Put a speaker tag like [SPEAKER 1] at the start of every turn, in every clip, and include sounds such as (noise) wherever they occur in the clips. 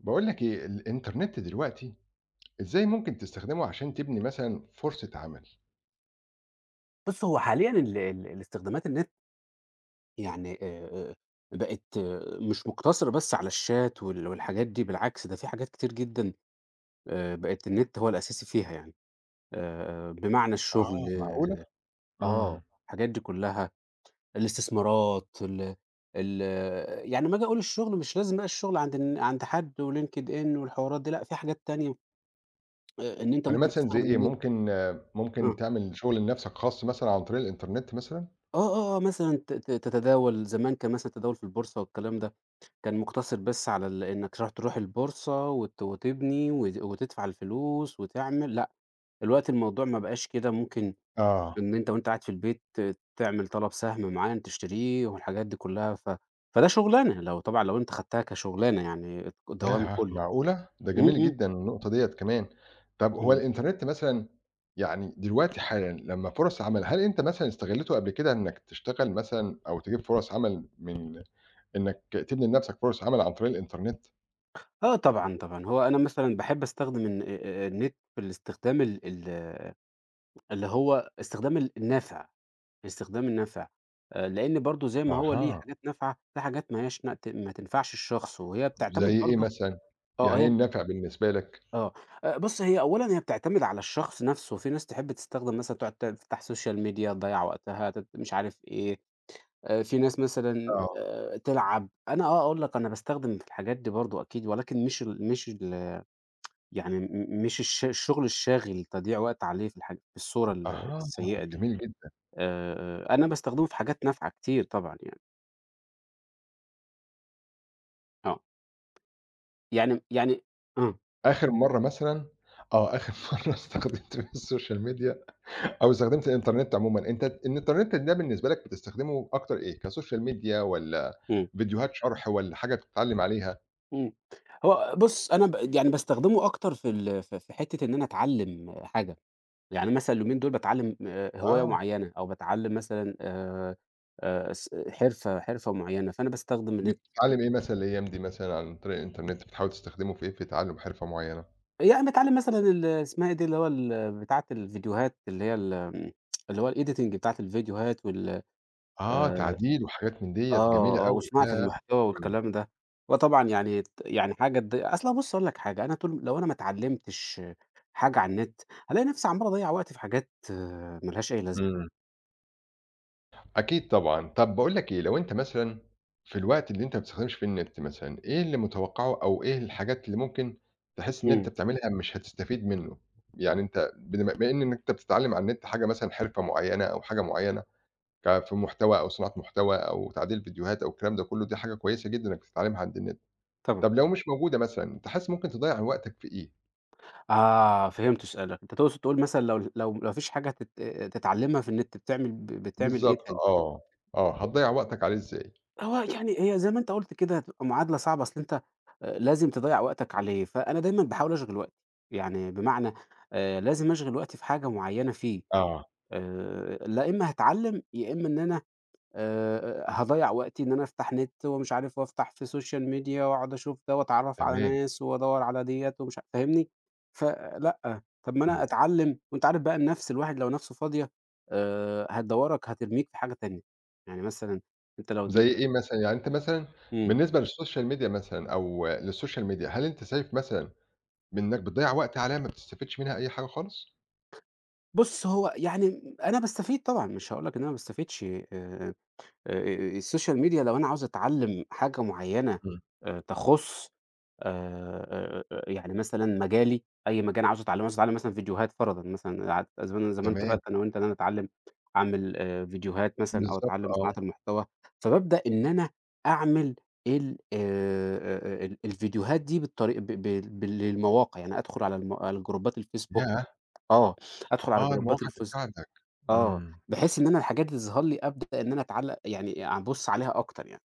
[SPEAKER 1] بقول لك ايه الانترنت دلوقتي؟ ازاي ممكن تستخدمه عشان تبني مثلا فرصة عمل؟
[SPEAKER 2] بُص، هو حاليًا ال الاستخدامات النت يعني بقت مش مقتصرة بس على الشات والحاجات دي، بالعكس ده في حاجات كتير جدًا. بقت النت هو الأساسي فيها يعني. بمعنى الشغل،
[SPEAKER 1] اه، معقولة.
[SPEAKER 2] آه،
[SPEAKER 1] امم
[SPEAKER 2] الحاجات دي كلّها، الاستثمارات ال يعني أمّا آجي أقول الشغل مش لازم بقى الشغل عند حد وLinkedIn والحوارات دي، لأ، في حاجات تانية. إن أنت
[SPEAKER 1] انا
[SPEAKER 2] ممكن
[SPEAKER 1] مثلا زي
[SPEAKER 2] تستخدم
[SPEAKER 1] ايه
[SPEAKER 2] النت.
[SPEAKER 1] ممكن؟ آه، ممكن
[SPEAKER 2] آه.
[SPEAKER 1] تعمل شغل لنفسك خاص مثلا عن طريق الانترنت مثلا؟
[SPEAKER 2] آه، آه، آه، مثلًا ت ت تتداول. زمان كان مثلًا التداول في البورصة والكلام ده، كان مقتصر بس على ال إنك تروح البورصة وتبني وتدفع الفلوس وتعمل، لأ، دلوقتي الموضوع ما بقاش كده، ممكن
[SPEAKER 1] اه،
[SPEAKER 2] إن أنت وأنت قاعد في البيت تعمل طلب سهم معيّن تشتريه والحاجات دي كلّها، فده شغلانة، لو طبعًا لو أنت خدتها كشغلانة يعني دوام
[SPEAKER 1] ياه
[SPEAKER 2] كلّي.
[SPEAKER 1] معقولة، ده
[SPEAKER 2] إمم،
[SPEAKER 1] جميل
[SPEAKER 2] إمم،
[SPEAKER 1] جدا النقطة ديت كمان. طب هو
[SPEAKER 2] إمم.
[SPEAKER 1] الانترنت مثلا، يعني دلوقتي حالا لما فرص عمل، هل انت مثلا استغلته قبل كده انك تشتغل مثلا او تجيب فرص عمل من، انك تبني لنفسك فرص عمل عن طريق الانترنت؟
[SPEAKER 2] آه طبعًا، طبعًا. هو أنا مثلًا باحب أستخدم النت في الاستخدام ال اللي هو استخدام ال النافع. استخدام النافع، لإن برضه زي ما هو ليه
[SPEAKER 1] اها،
[SPEAKER 2] حاجات نافعة، في حاجات ما لهاش ما تنفعش الشخص، وهي بتعتمد
[SPEAKER 1] زي إيه
[SPEAKER 2] برضه.
[SPEAKER 1] مثلًا؟
[SPEAKER 2] آه
[SPEAKER 1] يعني إيه
[SPEAKER 2] هي
[SPEAKER 1] النفع بالنسبة لك؟
[SPEAKER 2] آه، بُص، هي أولًا هي بتعتمد على الشخص نفسه، في ناس تحب تستخدم مثلًا، تقعد تفتح سوشيال ميديا تضيّع وقتها، مش عارف إيه، في ناس مثلًا
[SPEAKER 1] آه،
[SPEAKER 2] تلعب. أنا آه، أقول لك أنا باستخدم في الحاجات دي برضه أكيد، ولكن مش ال مش ال يعني مش الشغل الشاغل تضييع وقت عليه في في الصورة
[SPEAKER 1] أها،
[SPEAKER 2] السيئة دي.
[SPEAKER 1] جميل جدًا.
[SPEAKER 2] أنا باستخدمه في حاجات نافعة كتير طبعًا يعني، آه. يعني آه،
[SPEAKER 1] آخر مرّة مثلًا، آه، آخر (laughs) مرّة استخدمت فيها السوشيال ميديا أو استخدمت الإنترنت عمومًا، أنت الإنترنت ده بالنسبة لك بتستخدمه أكتر إيه، كسوشيال ميديا والّا
[SPEAKER 2] إمم،
[SPEAKER 1] فيديوهات شرح والّا حاجة بتتعلّم عليها؟
[SPEAKER 2] إمم. هو بُص، أنا ب يعني باستخدمه أكتر في ال في في حتّة إن أنا أتعلّم حاجة. يعني مثلًا اليومين دول باتعلّم هواية
[SPEAKER 1] آه،
[SPEAKER 2] معيّنة، أو باتعلّم مثلًا س حرفة معيّنة، فأنا باستخدم النت.
[SPEAKER 1] بتتعلّم إيه مثلًا الأيام دي مثلًا عن طريق الإنترنت، بتحاول تستخدمه في إيه، في تعلّم حرفة معيّنة؟
[SPEAKER 2] يعني باتعلّم مثلًا ال اسمها إيه دي، اللي هو ال بتاعة الفيديوهات، اللي هي ال اللي هو الEditing بتاعة الفيديوهات وال
[SPEAKER 1] آه،
[SPEAKER 2] آآ
[SPEAKER 1] تعديل وحاجات من ديّة، جميلة
[SPEAKER 2] آه، آه،
[SPEAKER 1] أوي،
[SPEAKER 2] وصناعة
[SPEAKER 1] ياه!
[SPEAKER 2] المحتوى
[SPEAKER 1] إمم،
[SPEAKER 2] والكلام ده. وطبعًا يعني ت يعني حاجة تض أصل بُص أقول لك حاجة، أنا طول، لو أنا ما اتعلمتش حاجة على النت، هالاقي نفسي عمّال أضيّع وقتي في حاجات ما لهاش أي لازمة.
[SPEAKER 1] إمم. أكيد طبعًا. طب باقول لك إيه، لو أنت مثلًا في الوقت اللي أنت ما بتستخدمش فيه النت مثلًا، إيه اللي متوقعه أو إيه الحاجات اللي ممكن تحس إن أنت
[SPEAKER 2] إمم،
[SPEAKER 1] بتعملها مش هتستفيد منه؟ يعني أنت بما إن أنت بتتعلم على النت حاجة مثلًا حرفة معينة أو حاجة معينة، ك في محتوى أو صناعة محتوى أو تعديل فيديوهات أو الكلام ده كله، دي حاجة كويسة جدًا إنك بتتعلمها عند النت.
[SPEAKER 2] طبعًا.
[SPEAKER 1] طب لو مش موجودة مثلًا، أنت حاسس ممكن تضيّع وقتك في إيه؟
[SPEAKER 2] آه، فهمت سؤالك، أنت تقصد تقول مثلًا لو ما فيش حاجة تتعلمها في النت بتعمل بتعمل إيه
[SPEAKER 1] بالضبط
[SPEAKER 2] تاني؟
[SPEAKER 1] آه، آه، هتضيّع وقتك عليه إزاي؟
[SPEAKER 2] هو يعني هي زي ما أنت قُلت كده هتبقى معادلة صعبة، أصل أنت لازم تضيّع وقتك عليه، فأنا دايمًا باحاول أشغِل وقتي، يعني بمعنى لازم أشغِل وقتي في حاجة معيّنة فيه.
[SPEAKER 1] آه،
[SPEAKER 2] لا إمّا هاتعلّم، يا إمّا إن أنا هاضيّع وقتي، إن أنا أفتح نت ومش عارف، وأفتح في social media وأقعد أشوف ده وأتعرّف على
[SPEAKER 1] تمام،
[SPEAKER 2] ناس وأدوّر على ديّة، ومش ع فاهمني؟ فلأ، طَب ما أنا
[SPEAKER 1] إمم.
[SPEAKER 2] أتعلّم. وأنت عارف بقى، النَفْس الواحد لو نَفْسه فاضية هترميك في حاجة تانية. يعني مثلًا أنت لو
[SPEAKER 1] زي
[SPEAKER 2] دم
[SPEAKER 1] إيه مثلًا؟ يعني أنت مثلًا
[SPEAKER 2] إمم،
[SPEAKER 1] بالنسبة للسوشيال ميديا مثلًا أو للسوشيال ميديا، هل أنت شايف مثلًا بإنك بتضيّع وقت عليها ما بتستفدش منها أي حاجة خالص؟
[SPEAKER 2] بُص، هو يعني أنا باستفيد طبعًا، مش هاقول لك إن أنا ما باستفيدش. آآ السوشيال ميديا لو أنا عاوز أتعلّم حاجة معيّنة
[SPEAKER 1] إمم.
[SPEAKER 2] تخُص يعني مثلًا مجالي، أي مجال عاوز أتعلّمه. عاوز أتعلّم مثلًا فيديوهات فرضًا، مثلًا قعدت زمان
[SPEAKER 1] تمام،
[SPEAKER 2] اتفقنا أنا وأنت إن أنا أتعلّم، أعمل فيديوهات مثلًا، أو
[SPEAKER 1] بالضبط
[SPEAKER 2] أتعلّم
[SPEAKER 1] آه،
[SPEAKER 2] صناعة المحتوى. فبابدأ إن أنا أعمل ال آآ ال الفيديوهات دي بالطري ب ب بال للمواقع، يعني أدخُل على جروبات الفيسبوك.
[SPEAKER 1] ياه!
[SPEAKER 2] آه، أدخُل على
[SPEAKER 1] آه،
[SPEAKER 2] جروبات
[SPEAKER 1] المواقع بتساعدك،
[SPEAKER 2] آه،
[SPEAKER 1] إمم.
[SPEAKER 2] بحيث إن أنا الحاجات دي تظهر لي، أبدأ إن أنا أتعلق، يعني أبُص عليها أكتر يعني.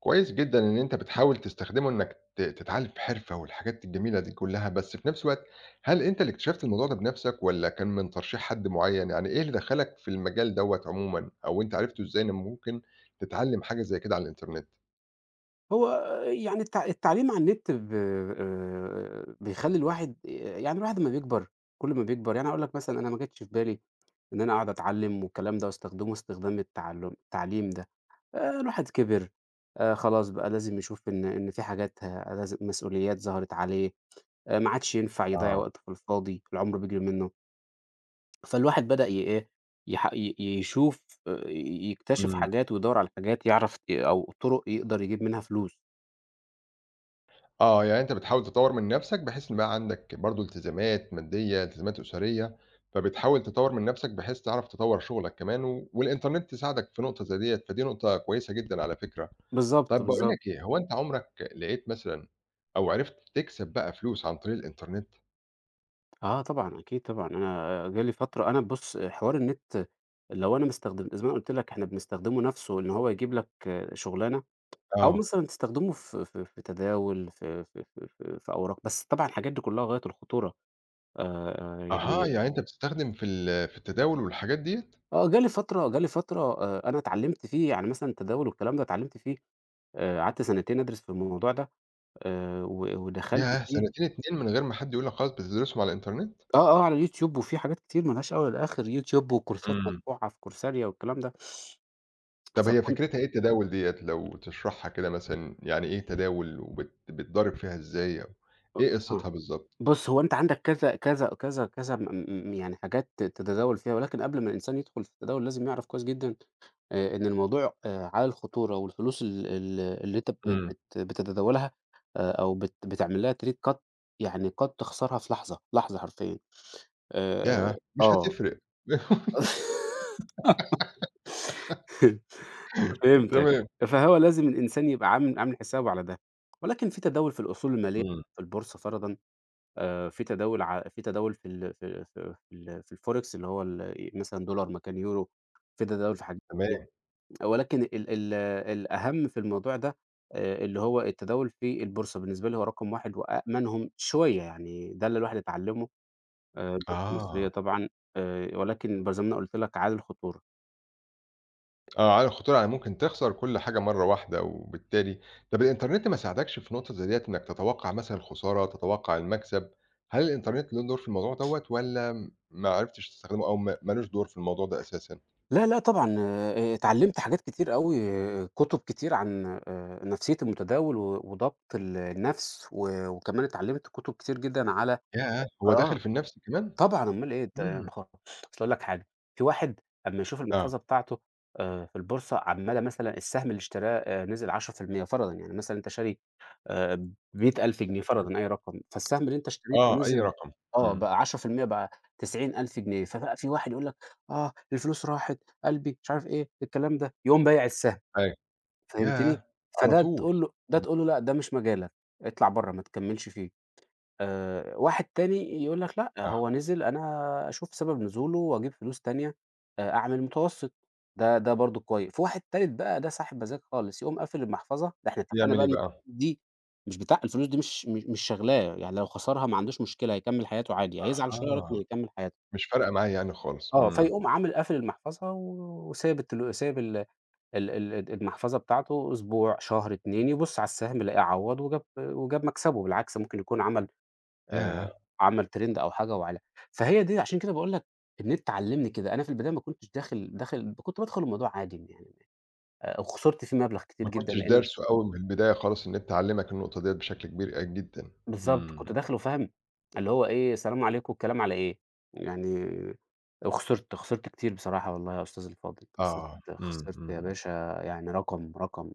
[SPEAKER 1] كويس جدًا إن أنت بتحاول تستخدمه إنك تتعلّم في حرفة والحاجات الجميلة دي كلّها، بس في نفس الوقت هل أنت اللي اكتشفت الموضوع ده بنفسك والّا كان من ترشيح حد معيّن؟ يعني إيه اللي دخّلك في المجال دوّة عمومًا أو أنت عرفته إزاي إن ممكن تتعلّم حاجة زي كده على الإنترنت؟
[SPEAKER 2] هو يعني التعليم على النت ب بيخلّي الواحد، يعني الواحد أمّا بيكبر، كل ما بيكبر، يعني أقول لك مثلًا، أنا ما جاتش في بالي إن أنا أقعد أتعلّم والكلام ده، واستخدمه استخدام التعليم ده. الواحد كِبِر، خلاص بقى لازم يشوف إن في حاجات لازم مسؤوليات ظهرت عليه، ما عادش ينفع يضيّع
[SPEAKER 1] آه،
[SPEAKER 2] وقته في الفاضي، العُمر بيجري منّه. فالواحد بدأ ي إيه، يح ي يشوف، ي يكتشف
[SPEAKER 1] إمم.
[SPEAKER 2] حاجات ويدوّر على حاجات، يعرف أو طُرق يقدر يجيب منها فلوس.
[SPEAKER 1] آه، يعني أنت بتحاول تطوّر من نَفْسك بحيث إن بقى عندك برضه التزامات مادية، التزامات أسرية، فبتحاول تطوّر من نَفْسك بحيث تعرف تطوّر شغلك كمان و والإنترنت يساعدك في نقطة زي ديّة، فدي نقطة كويسة جدًا على فكرة.
[SPEAKER 2] بالضبط،
[SPEAKER 1] طَب باقول
[SPEAKER 2] بالضبط.
[SPEAKER 1] لك إيه، هو أنت عمرك لقيت مثلًا أو عرفت تكسب بقى فلوس عن طريق الإنترنت؟
[SPEAKER 2] آه طبعًا، أكيد طبعًا. أنا جالي فترة، أنا بُص، حوار النت لو أنا مستخدم زي ما أنا قُلت لك، إحنا بنستخدمه نَفْسه، إن هو يجيب لك آه، شُغلانة، أو
[SPEAKER 1] آه.
[SPEAKER 2] مثلًا تستخدمه في تداول، في في أوراق، بس طبعًا الحاجات دي كُلّها غاية الخطورة.
[SPEAKER 1] أها،
[SPEAKER 2] يعني،
[SPEAKER 1] يعني أنت بتستخدم في ال في التداول والحاجات ديّة؟
[SPEAKER 2] آه، جالي فترة أنا اتعلّمت فيه، يعني مثلًا التداول والكلام ده اتعلّمت فيه، قعدت سنتين أدرس في الموضوع ده، و ودخلت
[SPEAKER 1] ياه!
[SPEAKER 2] فيه.
[SPEAKER 1] سنتين 2 من غير ما حد يقول لك خلاص بتدرسهم على الإنترنت؟
[SPEAKER 2] آه، آه، على اليوتيوب وفي حاجات كتير ما لهاش أول ولا آخر، يوتيوب وكورسات
[SPEAKER 1] إمم.
[SPEAKER 2] مدفوعة في كورسيريا والكلام ده،
[SPEAKER 1] طب هي
[SPEAKER 2] فكنت
[SPEAKER 1] فكرتها إيه التداول ديّة لو تشرحها كده مثلًا، يعني إيه تداول بتضارب فيها إزاي أو إيه
[SPEAKER 2] آه.
[SPEAKER 1] قصتها بالضبط؟
[SPEAKER 2] بُص، هو أنت عندك كذا كذا كذا كذا م م يعني حاجات تتداول فيها، ولكن قبل ما الإنسان يدخل في التداول لازم يعرف كويس جدًا إن الموضوع عالي الخطورة، والفلوس ال اللي أنت ب
[SPEAKER 1] إمم.
[SPEAKER 2] بت بتتداولها، أو بتعمل لها trade، يعني قد تخسرها في لحظة، لحظة حرفيًا. آه.
[SPEAKER 1] ياه! مش
[SPEAKER 2] آه.
[SPEAKER 1] هتفرق. (laughs)
[SPEAKER 2] (laughs) فهمتك.
[SPEAKER 1] تمام.
[SPEAKER 2] فهو لازم الإنسان يبقى عامل حسابه على ده. ولكن في تداول في الأصول المالية
[SPEAKER 1] إمم،
[SPEAKER 2] في البورصة فرضًا، في تداول ع في تداول في ال في في في ال في الForex اللي هو ال مثلًا دولار مكان يورو، في تداول في حاجات كتير.
[SPEAKER 1] تمام.
[SPEAKER 2] ولكن ال ال الأهم في الموضوع ده اللي هو التداول في البورصة، بالنسبة لي هو رقم 1 وأأمنهم شوية، يعني ده اللي الواحد اتعلّمه، البورصة المصرية
[SPEAKER 1] آه.
[SPEAKER 2] طبعًا، ولكن زي ما أنا قُلت لك عالي الخطورة.
[SPEAKER 1] آه، على الخطورة يعني ممكن تخسر كل حاجة مرّة واحدة، وبالتالي طب الإنترنت ما ساعدكش في نقطة زي ديّة إنك تتوقّع مثلًا الخسارة، تتوقّع المكسب، هل الإنترنت له دور في الموضوع دوّة والّا ما عرفتش تستخدمه أو ما لوش دور في الموضوع ده أساسًا؟
[SPEAKER 2] لا، لأ طبعًا، اتعلّمت حاجات كتير أوي، كُتب كتير عن نفسية المتداول، وضبط النَفْس، وكمان اتعلّمت كُتب كتير جدًا على
[SPEAKER 1] ياه! هو
[SPEAKER 2] آه.
[SPEAKER 1] داخل في النَفْس كمان؟
[SPEAKER 2] طبعًا، أمّال إيه أنت
[SPEAKER 1] إمم،
[SPEAKER 2] أصل أقول لك حاجة، في واحد أمّا يشوف
[SPEAKER 1] آه.
[SPEAKER 2] المحفظة بتاعته في البورصة، عمّالة مثلًا السهم اللي اشتراه نزل 10% فرضًا. يعني مثلًا أنت شاري آآ ب100.000 جنيه فرضًا، أي رقم، فالسهم اللي أنت اشتريته
[SPEAKER 1] آه، أي
[SPEAKER 2] نزل
[SPEAKER 1] رقم،
[SPEAKER 2] آه،
[SPEAKER 1] إمم،
[SPEAKER 2] بقى 10%، بقى 90,000 جنيه. فبقى في واحد يقول لك: "آه، الفلوس راحت، قلبي،" مش عارف إيه، الكلام ده، يقوم بايع السهم،
[SPEAKER 1] أيوه،
[SPEAKER 2] فهمتني؟
[SPEAKER 1] ياه! على
[SPEAKER 2] فده
[SPEAKER 1] طول، إمم،
[SPEAKER 2] تقول له: "لأ، ده مش مجالك، اطلع برّه ما تكمّلش فيه." واحد تاني يقول لك لأ،
[SPEAKER 1] آه،
[SPEAKER 2] هو نزل أنا أشوف سبب نزوله وأجيب فلوس تانية أعمل متوسط، ده برضه كويس. في واحد تالت بقى، ده صاحب مزاج خالص، يقوم قافل المحفظة، ده إحنا اتفقنا
[SPEAKER 1] يعمل
[SPEAKER 2] بقى
[SPEAKER 1] إيه
[SPEAKER 2] إن
[SPEAKER 1] بقى؟
[SPEAKER 2] الفلوس دي مش بتاع الفلوس دي مش شاغلاه، يعني لو خسرها ما عندوش مشكلة، هيكمّل حياته عادي، هيزعل شوية
[SPEAKER 1] أها،
[SPEAKER 2] ولكن هيكمّل حياته.
[SPEAKER 1] مش فارقة معاه يعني خالص،
[SPEAKER 2] آه،
[SPEAKER 1] إمم،
[SPEAKER 2] فيقوم عامل قافل المحفظة وسايب التل سايب ال ال ال المحفظة بتاعته أسبوع، شهر، 2، يبُص على السهم يلاقيه عوّض وجاب مكسبه، بالعكس ممكن يكون آآ
[SPEAKER 1] ياه!
[SPEAKER 2] عمل ترند أو حاجة وعلى. فهي دي عشان كده باقول لك النت علّمني كده. أنا في البداية ما كنتش داخل، كنت بادخل الموضوع عادي يعني، وخسرت فيه مبلغ كتير
[SPEAKER 1] ما
[SPEAKER 2] جدًا،
[SPEAKER 1] كنتش
[SPEAKER 2] لإن
[SPEAKER 1] دارسه أوي من البداية خالص إن أنت علّمك النقطة ديّة بشكل كبير أ جدًا،
[SPEAKER 2] بالضبط،
[SPEAKER 1] إمم،
[SPEAKER 2] كنت داخل وفاهم اللي هو إيه، السلام عليكم، الكلام على إيه، يعني وخسرت، خسرت كتير بصراحة والله يا أستاذي الفاضل، خسرت،
[SPEAKER 1] آه، إمم، إمم،
[SPEAKER 2] خسرت يا
[SPEAKER 1] إمم،
[SPEAKER 2] باشا، يعني رقم، رقم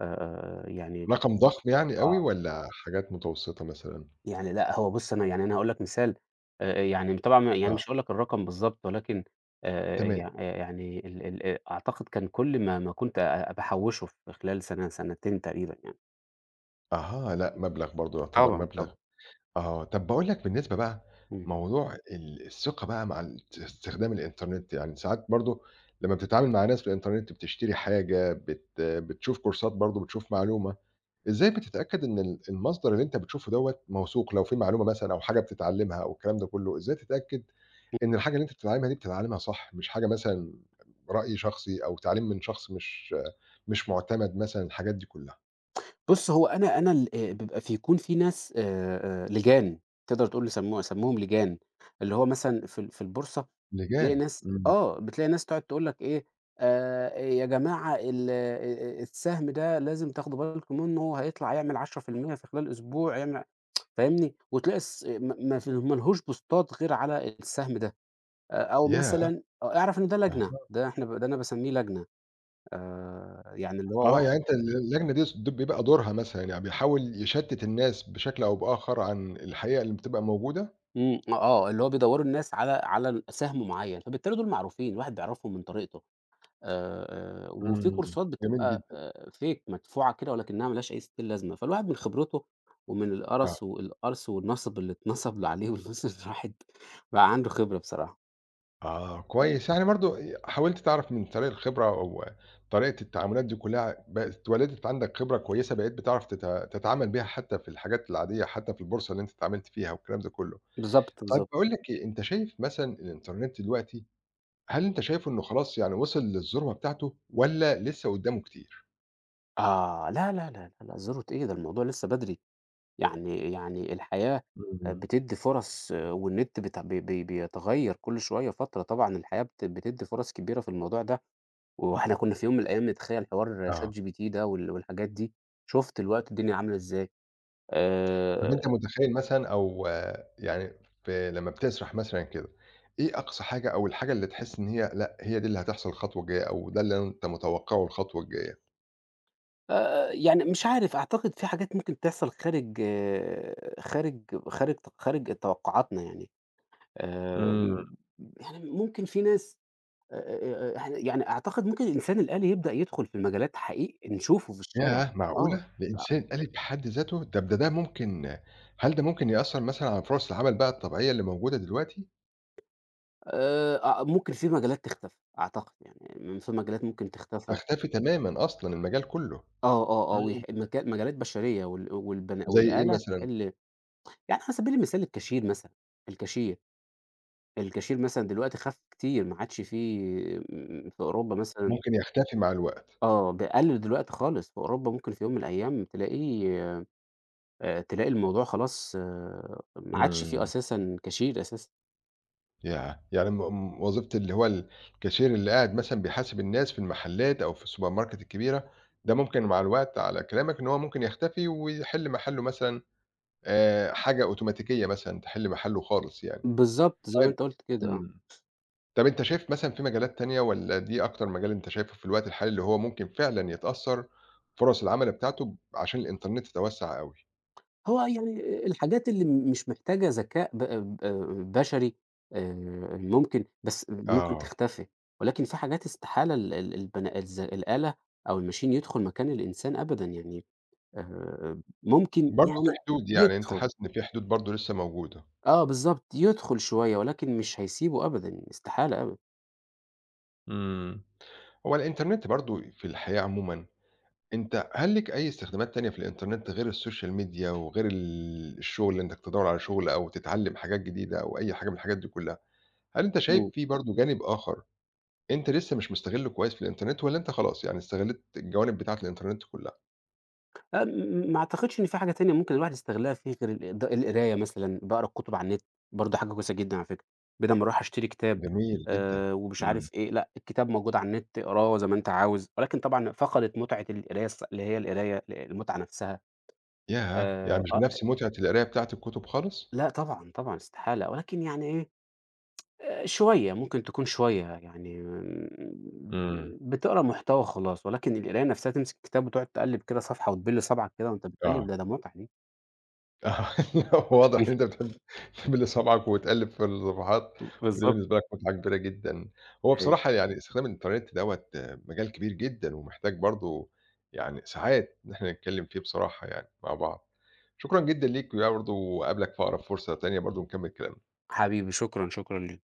[SPEAKER 2] يعني
[SPEAKER 1] رقم ضخم يعني أوي
[SPEAKER 2] آه.
[SPEAKER 1] والّا حاجات متوسطة مثلًا؟
[SPEAKER 2] يعني لأ، هو بُص أنا يعني أنا هاقول لك مثال يعني طبعًا يعني مش
[SPEAKER 1] آه،
[SPEAKER 2] هاقول لك الرقم بالضبط، ولكن يع
[SPEAKER 1] تمام،
[SPEAKER 2] آه، يعني ال ال أعتقد كان كل ما كنت باحوّشه في خلال سنة، سنتين تقريبًا يعني.
[SPEAKER 1] أها، لأ مبلغ برضه يعتبر
[SPEAKER 2] طبعًا،
[SPEAKER 1] مبلغ.
[SPEAKER 2] طبعًا.
[SPEAKER 1] آه، طب باقول لك بالنسبة بقى
[SPEAKER 2] إمم.
[SPEAKER 1] موضوع ال الثقة بقى مع ال استخدام الإنترنت، يعني ساعات برضه لمّا بتتعامل مع ناس في الإنترنت بتشتري حاجة، بتشوف كورسات برضه، بتشوف معلومة، إزاي بتتأكد إن ال المصدر اللي أنت بتشوفه دوّة موثوق؟ لو في معلومة مثلًا أو حاجة بتتعلمها أو الكلام ده كله، إزاي تتأكد إن الحاجة اللي أنت بتتعلمها دي بتتعلمها صح، مش حاجة مثلًا رأي شخصي أو تعليم من شخص مش مُعتمد مثلًا، الحاجات دي كلها؟
[SPEAKER 2] بُص، هو أنا أنا ال بيبقى في، يكون في ناس لِجان، تقدر تقول سموهم لِجان، اللي هو مثلًا في البورصة بتلاقي
[SPEAKER 1] لجان،
[SPEAKER 2] ناس
[SPEAKER 1] إمم،
[SPEAKER 2] آه، بتلاقي ناس تقعد تقول لك إيه، يا جماعة ال السهم ده لازم تاخدوا بالكم منه، هيطلع يعمل 10% في المية في خلال أسبوع يعمل، فاهمني؟ وتلاقي الس ما ما في ما لهوش بوستات غير على السهم ده. أو
[SPEAKER 1] ياه!
[SPEAKER 2] مثلًا آه، اعرف إن ده لجنة، ده إحنا ب ده أنا باسميه لجنة، يعني اللي هو
[SPEAKER 1] آه، يعني
[SPEAKER 2] واحد.
[SPEAKER 1] أنت ال اللجنة دي بيبقى دورها مثلًا يعني بيحاول يشتِّت الناس بشكل أو بآخر عن الحقيقة اللي بتبقى موجودة؟
[SPEAKER 2] إمم، آه، اللي هو بيدوّروا الناس على على سهم معيّن، فبالتالي دول معروفين، الواحد بيعرفهم من طريقته. آآ، وفي
[SPEAKER 1] إمم،
[SPEAKER 2] كورسات
[SPEAKER 1] جميل
[SPEAKER 2] بتبقى
[SPEAKER 1] جدًا،
[SPEAKER 2] fake مدفوعة كده، ولكنها ما لهاش أي ستين لازمة. فالواحد من خبرته، ومن
[SPEAKER 1] آه،
[SPEAKER 2] القرص والقرص، والنَصْب اللي اتنَصب (laughs) له عليه، والناس اللي راحت، بقى عنده خبرة بصراحة.
[SPEAKER 1] آه، كويس، يعني برضه حاولت تعرف من طريق الخبرة أو طريقة التعاملات دي كلّها بقت اتولدت عندك خبرة كويسة بقيت بتعرف تتعامل بيها حتى في الحاجات العادية، حتى في البورصة اللي أنت اتعاملت فيها والكلام ده كلّه.
[SPEAKER 2] بالضبط،
[SPEAKER 1] طيب
[SPEAKER 2] بالضبط.
[SPEAKER 1] باقول لك إيه، أنت شايف مثلًا الإنترنت دلوقتي هل أنت شايفه إنه خلاص يعني وصل للذروة بتاعته والّا لسه قدّامه كتير؟
[SPEAKER 2] آه، لا، لا، لا، لا، لا، ذروة إيه؟ ده الموضوع لسه بدري، يعني الحياة
[SPEAKER 1] إمم.
[SPEAKER 2] بتدّي فرص آه، والنت بت بي بي بيتغيّر كل شوية فترة، طبعًا الحياة بتدّي فرص كبيرة في الموضوع ده. وإحنا كنا في يوم من الأيام نتخيل حوار
[SPEAKER 1] آه.
[SPEAKER 2] ChatGPT ده والحاجات دي، شُفت الوقت الدنيا عاملة إزاي.
[SPEAKER 1] طب أنت
[SPEAKER 2] آآ
[SPEAKER 1] متخيّل مثلًا أو يعني في لمّا بتسرح مثلًا كده، إيه أقصى حاجة أو الحاجة اللي تحس إن هي لأ، هي دي اللي هتحصل الخطوة الجاية أو ده اللي أنت متوقعه الخطوة الجاية؟
[SPEAKER 2] يعني مش عارف، أعتقد في حاجات ممكن تحصل خارج آه، خارج خارج ت خارج توقعاتنا يعني.
[SPEAKER 1] إمم.
[SPEAKER 2] آمم يعني ممكن في ناس آآ إحنا يعني يعني أعتقد ممكن الإنسان الآلي يبدأ يدخل في مجالات حقيقي نشوفه في الشارع.
[SPEAKER 1] ياه!
[SPEAKER 2] آه،
[SPEAKER 1] معقولة! الإنسان الآلي بحد ذاته! طب ده ممكن، هل ده ممكن يأثّر مثلًا على فرص العمل بقى الطبيعية اللي موجودة دلوقتي؟
[SPEAKER 2] أ ممكن في مجالات تختفي، أعتقد يعني، في مجالات ممكن تختفى.
[SPEAKER 1] تختفي تمامًا أصلًا المجال كله.
[SPEAKER 2] آه، آه، آه،
[SPEAKER 1] إمم.
[SPEAKER 2] ويح مجا مجالات بشرية،
[SPEAKER 1] زي إيه
[SPEAKER 2] والآلة
[SPEAKER 1] مثلًا؟
[SPEAKER 2] تحل. يعني على سبيل المثال الكاشير مثلًا، الكاشير، الكاشير مثلًا دلوقتي خَف كتير، ما عادش في في أوروبا مثلًا
[SPEAKER 1] ممكن يختفي مع الوقت.
[SPEAKER 2] آه، قَل دلوقتي خالص، في أوروبا ممكن في يوم من الأيام تلاقيه، تلاقي الموضوع خلاص آه، ما عادش في
[SPEAKER 1] إمم.
[SPEAKER 2] أساسًا كاشير أساسًا.
[SPEAKER 1] ياه! يعني م م وظيفة اللي هو الكاشير اللي قاعد مثلًا بيحاسب الناس في المحلات أو في السوبر ماركت الكبيرة، ده ممكن مع الوقت على كلامك إن هو ممكن يختفي ويحل محله مثلًا حاجة أوتوماتيكية مثلًا تحل محله خالص يعني.
[SPEAKER 2] بالضبط، زي ما
[SPEAKER 1] طيب
[SPEAKER 2] أنت قُلت كده، آه.
[SPEAKER 1] إمم. طب أنت شايف مثلًا في مجالات تانية والّا دي أكتر مجال أنت شايفه في الوقت الحالي اللي هو ممكن فعلًا يتأثّر فرص العمل بتاعته عشان الإنترنت تتوسّع أوي؟
[SPEAKER 2] هو يعني الحاجات اللي مش محتاجة ذكاء ب ب بشري، آآ، ممكن، بس ممكن
[SPEAKER 1] آه.
[SPEAKER 2] تختفي، ولكن في حاجات استحالة ال ال البنا الز الآلة أو الmachine يدخل مكان الإنسان أبدًا. يعني ممكن
[SPEAKER 1] برضه في
[SPEAKER 2] يعني
[SPEAKER 1] حدود، يعني أنت
[SPEAKER 2] يدخل،
[SPEAKER 1] حاسس إن في حدود برضه لسه موجودة.
[SPEAKER 2] آه، بالضبط، يدخل شوية ولكن مش هيسيبه أبدًا، استحالة أبدًا.
[SPEAKER 1] إمم. هو الإنترنت برضه في الحياة عمومًا، أنت هل ليك أي استخدامات تانية في الإنترنت غير السوشيال ميديا وغير ال الشغل إنك تدوّر على شغل أو تتعلم حاجات جديدة أو أي حاجة من الحاجات دي كلّها، هل أنت
[SPEAKER 2] إمم.
[SPEAKER 1] شايف في برضه جانب آخر أنت لسه مش مستغلّه كويس في الإنترنت والّا أنت خلاص يعني استغلّيت الجوانب بتاعة الإنترنت كلّها؟
[SPEAKER 2] م ما أعتقدش إن في حاجة تانية ممكن الواحد يستغلها فيه غير ال د القراية مثلًا، باقرا الكتب على النت، برضه حاجة كويسة جدًا على فكرة. بدل ما أروح أشتري كتاب
[SPEAKER 1] جميل جدًا،
[SPEAKER 2] ومش
[SPEAKER 1] إمم،
[SPEAKER 2] عارف إيه، لأ الكتاب موجود على النت، اقراه زي ما أنت عاوز، ولكن طبعًا فقدت متعة القراية الص اللي هي القراية، المتعة نفسها.
[SPEAKER 1] ياه! يعني مش
[SPEAKER 2] آه،
[SPEAKER 1] بنفس متعة القراية بتاعة الكتب خالص؟
[SPEAKER 2] لأ طبعًا، طبعًا استحالة، ولكن يعني إيه، شوية ممكن تكون شوية يعني م
[SPEAKER 1] إمم،
[SPEAKER 2] بتقرا محتوى خلاص، ولكن القراية نفسها تمسك الكتاب وتقعد تقلِّب كده صفحة، وتبِل صبعك كده وأنت
[SPEAKER 1] آه.
[SPEAKER 2] بتقلِّب، ده متعة دي.
[SPEAKER 1] آه، (laughs) واضح إن أنت
[SPEAKER 2] (laughs)
[SPEAKER 1] بتحب اللي صابعك وتقلِّب في الصفحات، وده
[SPEAKER 2] بالضبط.
[SPEAKER 1] بالنسبة لك متعة كبيرة جدًا. هو بصراحة يعني استخدام الإنترنت دوّة مجال كبير جدًا، ومحتاج برضه يعني ساعات إن إحنا نتكلِّم فيه بصراحة يعني مع بعض. شكرًا جدًا ليك، ويا برضه وأقابلك في أقرب فرصة تانية برضه نكمِّل كلامنا.
[SPEAKER 2] حبيبي شكرًا، شكرًا ليك.